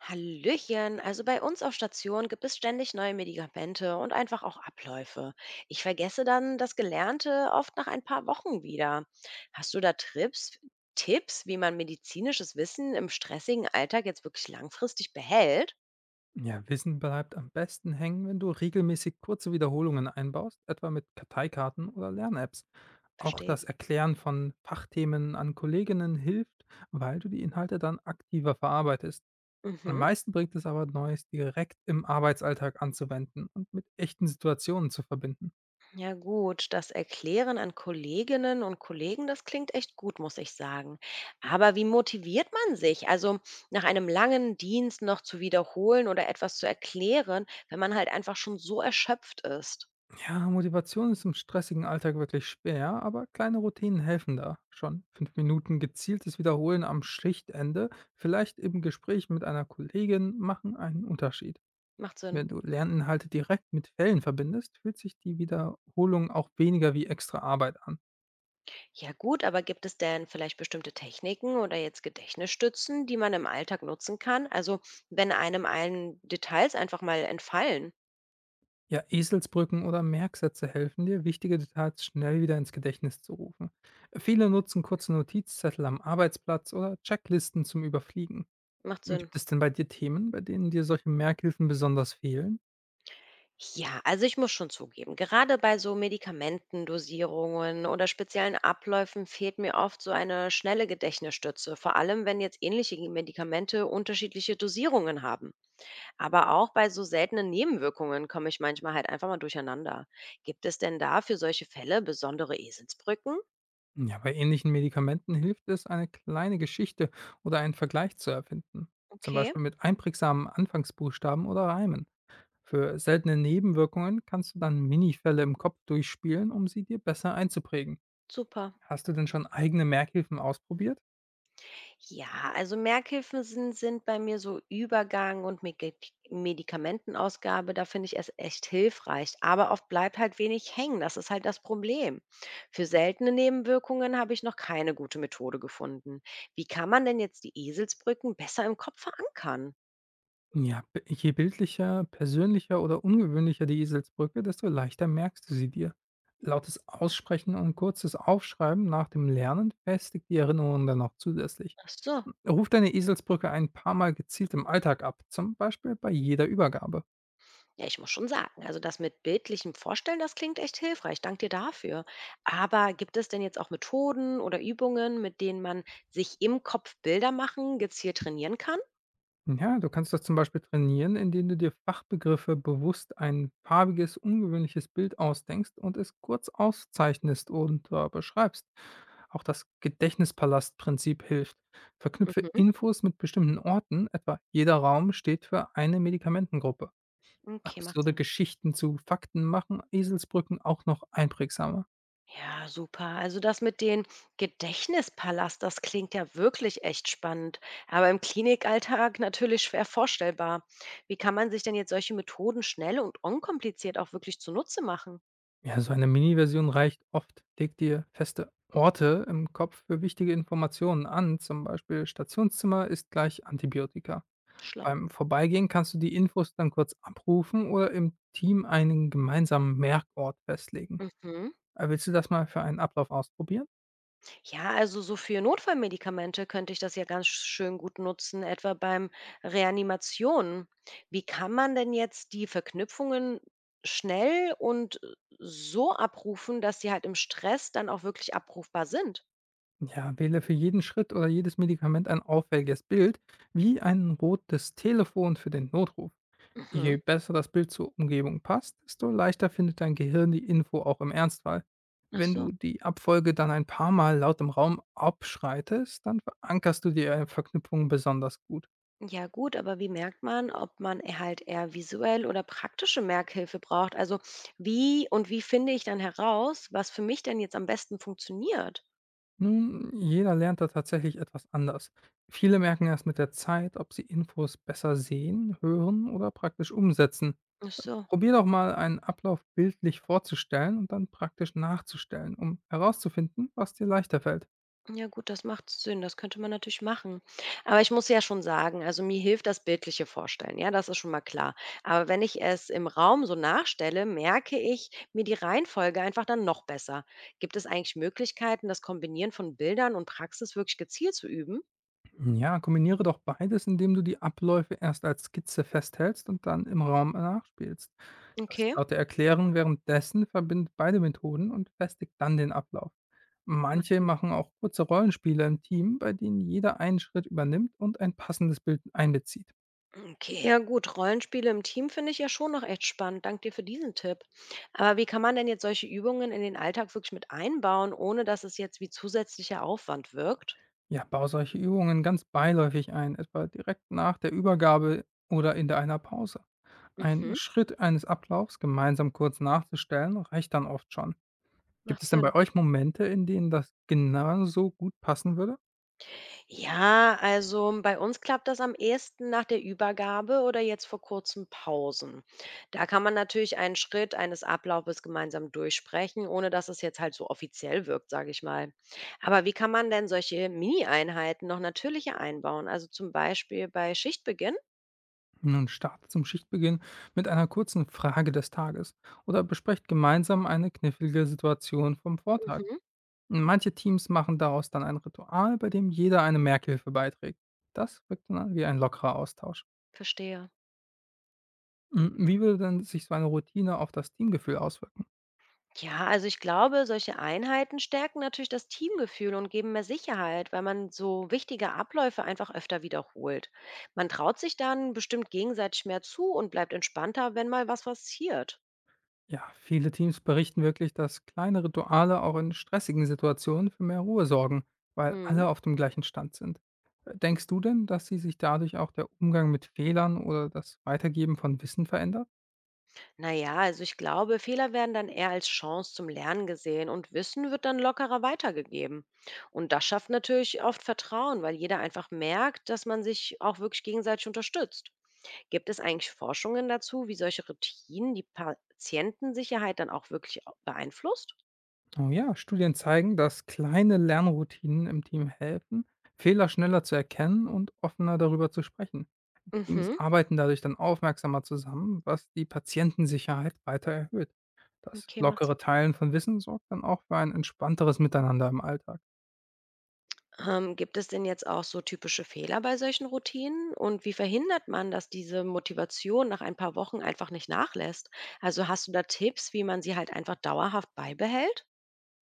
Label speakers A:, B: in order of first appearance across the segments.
A: Hallöchen, also bei uns auf Station gibt es ständig neue Medikamente und einfach auch Abläufe. Ich vergesse dann das Gelernte oft nach ein paar Wochen wieder. Hast du da Tipps, wie man medizinisches Wissen im stressigen Alltag jetzt wirklich langfristig behält?
B: Ja, Wissen bleibt am besten hängen, wenn du regelmäßig kurze Wiederholungen einbaust, etwa mit Karteikarten oder Lern-Apps. Auch
A: Verstehe.
B: das Erklären von Fachthemen an Kolleginnen hilft, weil du die Inhalte dann aktiver verarbeitest. Am
A: Mhm.
B: meisten bringt es aber, Neues direkt im Arbeitsalltag anzuwenden und mit echten Situationen zu verbinden.
A: Ja gut, das Erklären an Kolleginnen und Kollegen, das klingt echt gut, muss ich sagen. Aber wie motiviert man sich? Also nach einem langen Dienst noch zu wiederholen oder etwas zu erklären, wenn man halt einfach schon so erschöpft ist.
B: Ja, Motivation ist im stressigen Alltag wirklich schwer, aber kleine Routinen helfen da schon. 5 Minuten gezieltes Wiederholen am Schichtende, vielleicht im Gespräch mit einer Kollegin, machen einen Unterschied.
A: Macht Sinn.
B: Wenn du Lerninhalte direkt mit Fällen verbindest, fühlt sich die Wiederholung auch weniger wie extra Arbeit an.
A: Ja gut, aber gibt es denn vielleicht bestimmte Techniken oder jetzt Gedächtnisstützen, die man im Alltag nutzen kann? Also wenn einem allen Details einfach mal entfallen.
B: Ja, Eselsbrücken oder Merksätze helfen dir, wichtige Details schnell wieder ins Gedächtnis zu rufen. Viele nutzen kurze Notizzettel am Arbeitsplatz oder Checklisten zum Überfliegen.
A: Macht Sinn.
B: Gibt es denn bei dir Themen, bei denen dir solche Merkhilfen besonders fehlen?
A: Ja, also ich muss schon zugeben, gerade bei so Medikamentendosierungen oder speziellen Abläufen fehlt mir oft so eine schnelle Gedächtnisstütze, vor allem wenn jetzt ähnliche Medikamente unterschiedliche Dosierungen haben. Aber auch bei so seltenen Nebenwirkungen komme ich manchmal halt einfach mal durcheinander. Gibt es denn da für solche Fälle besondere Eselsbrücken?
B: Ja, bei ähnlichen Medikamenten hilft es, eine kleine Geschichte oder einen Vergleich zu erfinden. Zum
A: Okay,
B: Beispiel mit einprägsamen Anfangsbuchstaben oder Reimen. Für seltene Nebenwirkungen kannst du dann Minifälle im Kopf durchspielen, um sie dir besser einzuprägen.
A: super.
B: Hast du denn schon eigene Merkhilfen ausprobiert?
A: Ja, also Merkhilfen sind bei mir so Medikamentenausgabe, da finde ich es echt hilfreich. Aber oft bleibt halt wenig hängen, das ist halt das Problem. Für seltene Nebenwirkungen habe ich noch keine gute Methode gefunden. Wie kann man denn jetzt die Eselsbrücken besser im Kopf verankern?
B: Ja, b je bildlicher, persönlicher oder ungewöhnlicher die Eselsbrücke, desto leichter merkst du sie dir. Lautes Aussprechen und kurzes Aufschreiben nach dem Lernen festigt die Erinnerung dann noch zusätzlich.
A: Ach so.
B: Ruf deine Eselsbrücke ein paar Mal gezielt im Alltag ab, zum Beispiel bei jeder Übergabe.
A: Ja, ich muss schon sagen, also das mit bildlichem Vorstellen, das klingt echt hilfreich. Dank dir dafür. Aber gibt es denn jetzt auch Methoden oder Übungen, mit denen man sich im Kopf Bilder machen, gezielt trainieren kann?
B: Ja, du kannst das zum Beispiel trainieren, indem du dir Fachbegriffe bewusst ein farbiges, ungewöhnliches Bild ausdenkst und es kurz auszeichnest und beschreibst. Auch das Gedächtnispalastprinzip hilft. Verknüpfe
A: Mhm.
B: Infos mit bestimmten Orten, etwa jeder Raum steht für eine Medikamentengruppe.
A: Okay, macht
B: Absurde
A: Sinn.
B: Geschichten zu Fakten machen Eselsbrücken auch noch einprägsamer.
A: Ja, super. Also das mit dem Gedächtnispalast, das klingt ja wirklich echt spannend, aber im Klinikalltag natürlich schwer vorstellbar. Wie kann man sich denn jetzt solche Methoden schnell und unkompliziert auch wirklich zunutze machen?
B: Ja, so eine Mini-Version reicht oft. Leg dir feste Orte im Kopf für wichtige Informationen an, zum Beispiel Stationszimmer ist gleich Antibiotika.
A: Schlau.
B: Beim Vorbeigehen kannst du die Infos dann kurz abrufen oder im Team einen gemeinsamen Merkort festlegen.
A: Mhm.
B: Willst du das mal für einen Ablauf ausprobieren?
A: Ja, also so für Notfallmedikamente könnte ich das ja ganz schön gut nutzen, etwa beim Reanimationen. Wie kann man denn jetzt die Verknüpfungen schnell und so abrufen, dass sie halt im Stress dann auch wirklich abrufbar sind?
B: Ja, wähle für jeden Schritt oder jedes Medikament ein auffälliges Bild, wie ein rotes Telefon für den Notruf. Je
A: Mhm.
B: besser das Bild zur Umgebung passt, desto leichter findet dein Gehirn die Info auch im Ernstfall.
A: Ach
B: Wenn
A: so.
B: du die Abfolge dann ein paar Mal laut im Raum abschreitest, dann verankerst du die Verknüpfung besonders gut.
A: Ja gut, aber wie merkt man, ob man halt eher visuell oder praktische Merkhilfe braucht? Also wie finde ich dann heraus, was für mich denn jetzt am besten funktioniert?
B: Nun, jeder lernt da tatsächlich etwas anders. Viele merken erst mit der Zeit, ob sie Infos besser sehen, hören oder praktisch umsetzen.
A: Ach so.
B: Probier doch mal, einen Ablauf bildlich vorzustellen und dann praktisch nachzustellen, um herauszufinden, was dir leichter fällt.
A: Ja gut, das macht Sinn. Das könnte man natürlich machen. Aber ich muss ja schon sagen, also mir hilft das bildliche Vorstellen. Ja, das ist schon mal klar. Aber wenn ich es im Raum so nachstelle, merke ich mir die Reihenfolge einfach dann noch besser. Gibt es eigentlich Möglichkeiten, das Kombinieren von Bildern und Praxis wirklich gezielt zu üben?
B: Ja, kombiniere doch beides, indem du die Abläufe erst als Skizze festhältst und dann im Raum nachspielst. Das
A: Okay,
B: laute Erklären währenddessen verbindet beide Methoden und festigt dann den Ablauf.
A: macht
B: Manche
A: Sinn.
B: machen auch kurze Rollenspiele im Team, bei denen jeder einen Schritt übernimmt und ein passendes Bild einbezieht.
A: Okay, ja gut. Rollenspiele im Team finde ich ja schon noch echt spannend. Dank dir für diesen Tipp. Aber wie kann man denn jetzt solche Übungen in den Alltag wirklich mit einbauen, ohne dass es jetzt wie zusätzlicher Aufwand wirkt?
B: Ja, baue solche Übungen ganz beiläufig ein, etwa direkt nach der Übergabe oder einer Pause. Ein
A: Mhm.
B: Schritt eines Ablaufs gemeinsam kurz nachzustellen, reicht dann oft schon. Gibt
A: Macht
B: es denn bei
A: Sinn.
B: euch Momente, in denen das genauso gut passen würde?
A: Ja, also bei uns klappt das am ehesten nach der Übergabe oder jetzt vor kurzem Pausen. Da kann man natürlich einen Schritt eines Ablaufes gemeinsam durchsprechen, ohne dass es jetzt halt so offiziell wirkt, sage ich mal. Aber wie kann man denn solche Mini-Einheiten noch natürlicher einbauen? Also zum Beispiel bei Schichtbeginn?
B: Nun startet zum Schichtbeginn mit einer kurzen Frage des Tages oder besprecht gemeinsam eine knifflige Situation vom Vortag.
A: Mhm,
B: Manche Teams machen daraus dann ein Ritual, bei dem jeder eine Merkhilfe beiträgt. Das wirkt dann wie ein lockerer Austausch.
A: verstehe.
B: Hm, wie würde denn sich so eine Routine auf das Teamgefühl auswirken?
A: Ja, also ich glaube, solche Einheiten stärken natürlich das Teamgefühl und geben mehr Sicherheit, weil man so wichtige Abläufe einfach öfter wiederholt. Man traut sich dann bestimmt gegenseitig mehr zu und bleibt entspannter, wenn mal was passiert.
B: Ja, viele Teams berichten wirklich, dass kleine Rituale auch in stressigen Situationen für mehr Ruhe sorgen, weil
A: Mhm.
B: alle auf dem gleichen Stand sind. Denkst du denn, dass sie sich dadurch auch der Umgang mit Fehlern oder das Weitergeben von Wissen verändert?
A: Naja, also ich glaube, Fehler werden dann eher als Chance zum Lernen gesehen und Wissen wird dann lockerer weitergegeben. Und das schafft natürlich oft Vertrauen, weil jeder einfach merkt, dass man sich auch wirklich gegenseitig unterstützt. Gibt es eigentlich Forschungen dazu, wie solche Routinen die Patientensicherheit dann auch wirklich beeinflusst?
B: Oh ja, Studien zeigen, dass kleine Lernroutinen im Team helfen, Fehler schneller zu erkennen und offener darüber zu sprechen. Teams
A: Mhm,
B: arbeiten dadurch dann aufmerksamer zusammen, was die Patientensicherheit weiter erhöht. Das
A: okay, macht Sinn.
B: lockere Teilen von Wissen sorgt dann auch für ein entspannteres Miteinander im Alltag.
A: Gibt es denn jetzt auch so typische Fehler bei solchen Routinen? Und wie verhindert man, dass diese Motivation nach ein paar Wochen einfach nicht nachlässt? Also hast du da Tipps, wie man sie halt einfach dauerhaft beibehält?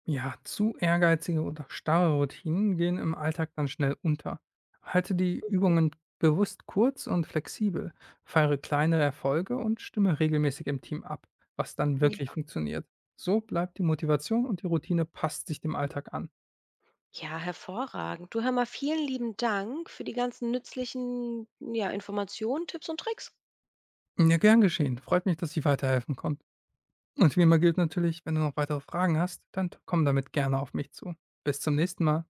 B: Ja, zu ehrgeizige oder starre Routinen gehen im Alltag dann schnell unter. Halte die Übungen bewusst kurz und flexibel, feiere kleine Erfolge und stimme regelmäßig im Team ab, was dann
A: Mhm.
B: wirklich
A: Ja,
B: funktioniert. So bleibt die Motivation und die Routine passt sich dem Alltag an.
A: ja, hervorragend. Du hör mal, vielen lieben Dank für die ganzen nützlichen ja, Informationen, Tipps und Tricks.
B: Ja, gern geschehen. Freut mich, dass ich weiterhelfen konnte. Und wie immer gilt natürlich, wenn du noch weitere Fragen hast, dann komm damit gerne auf mich zu. Bis zum nächsten Mal.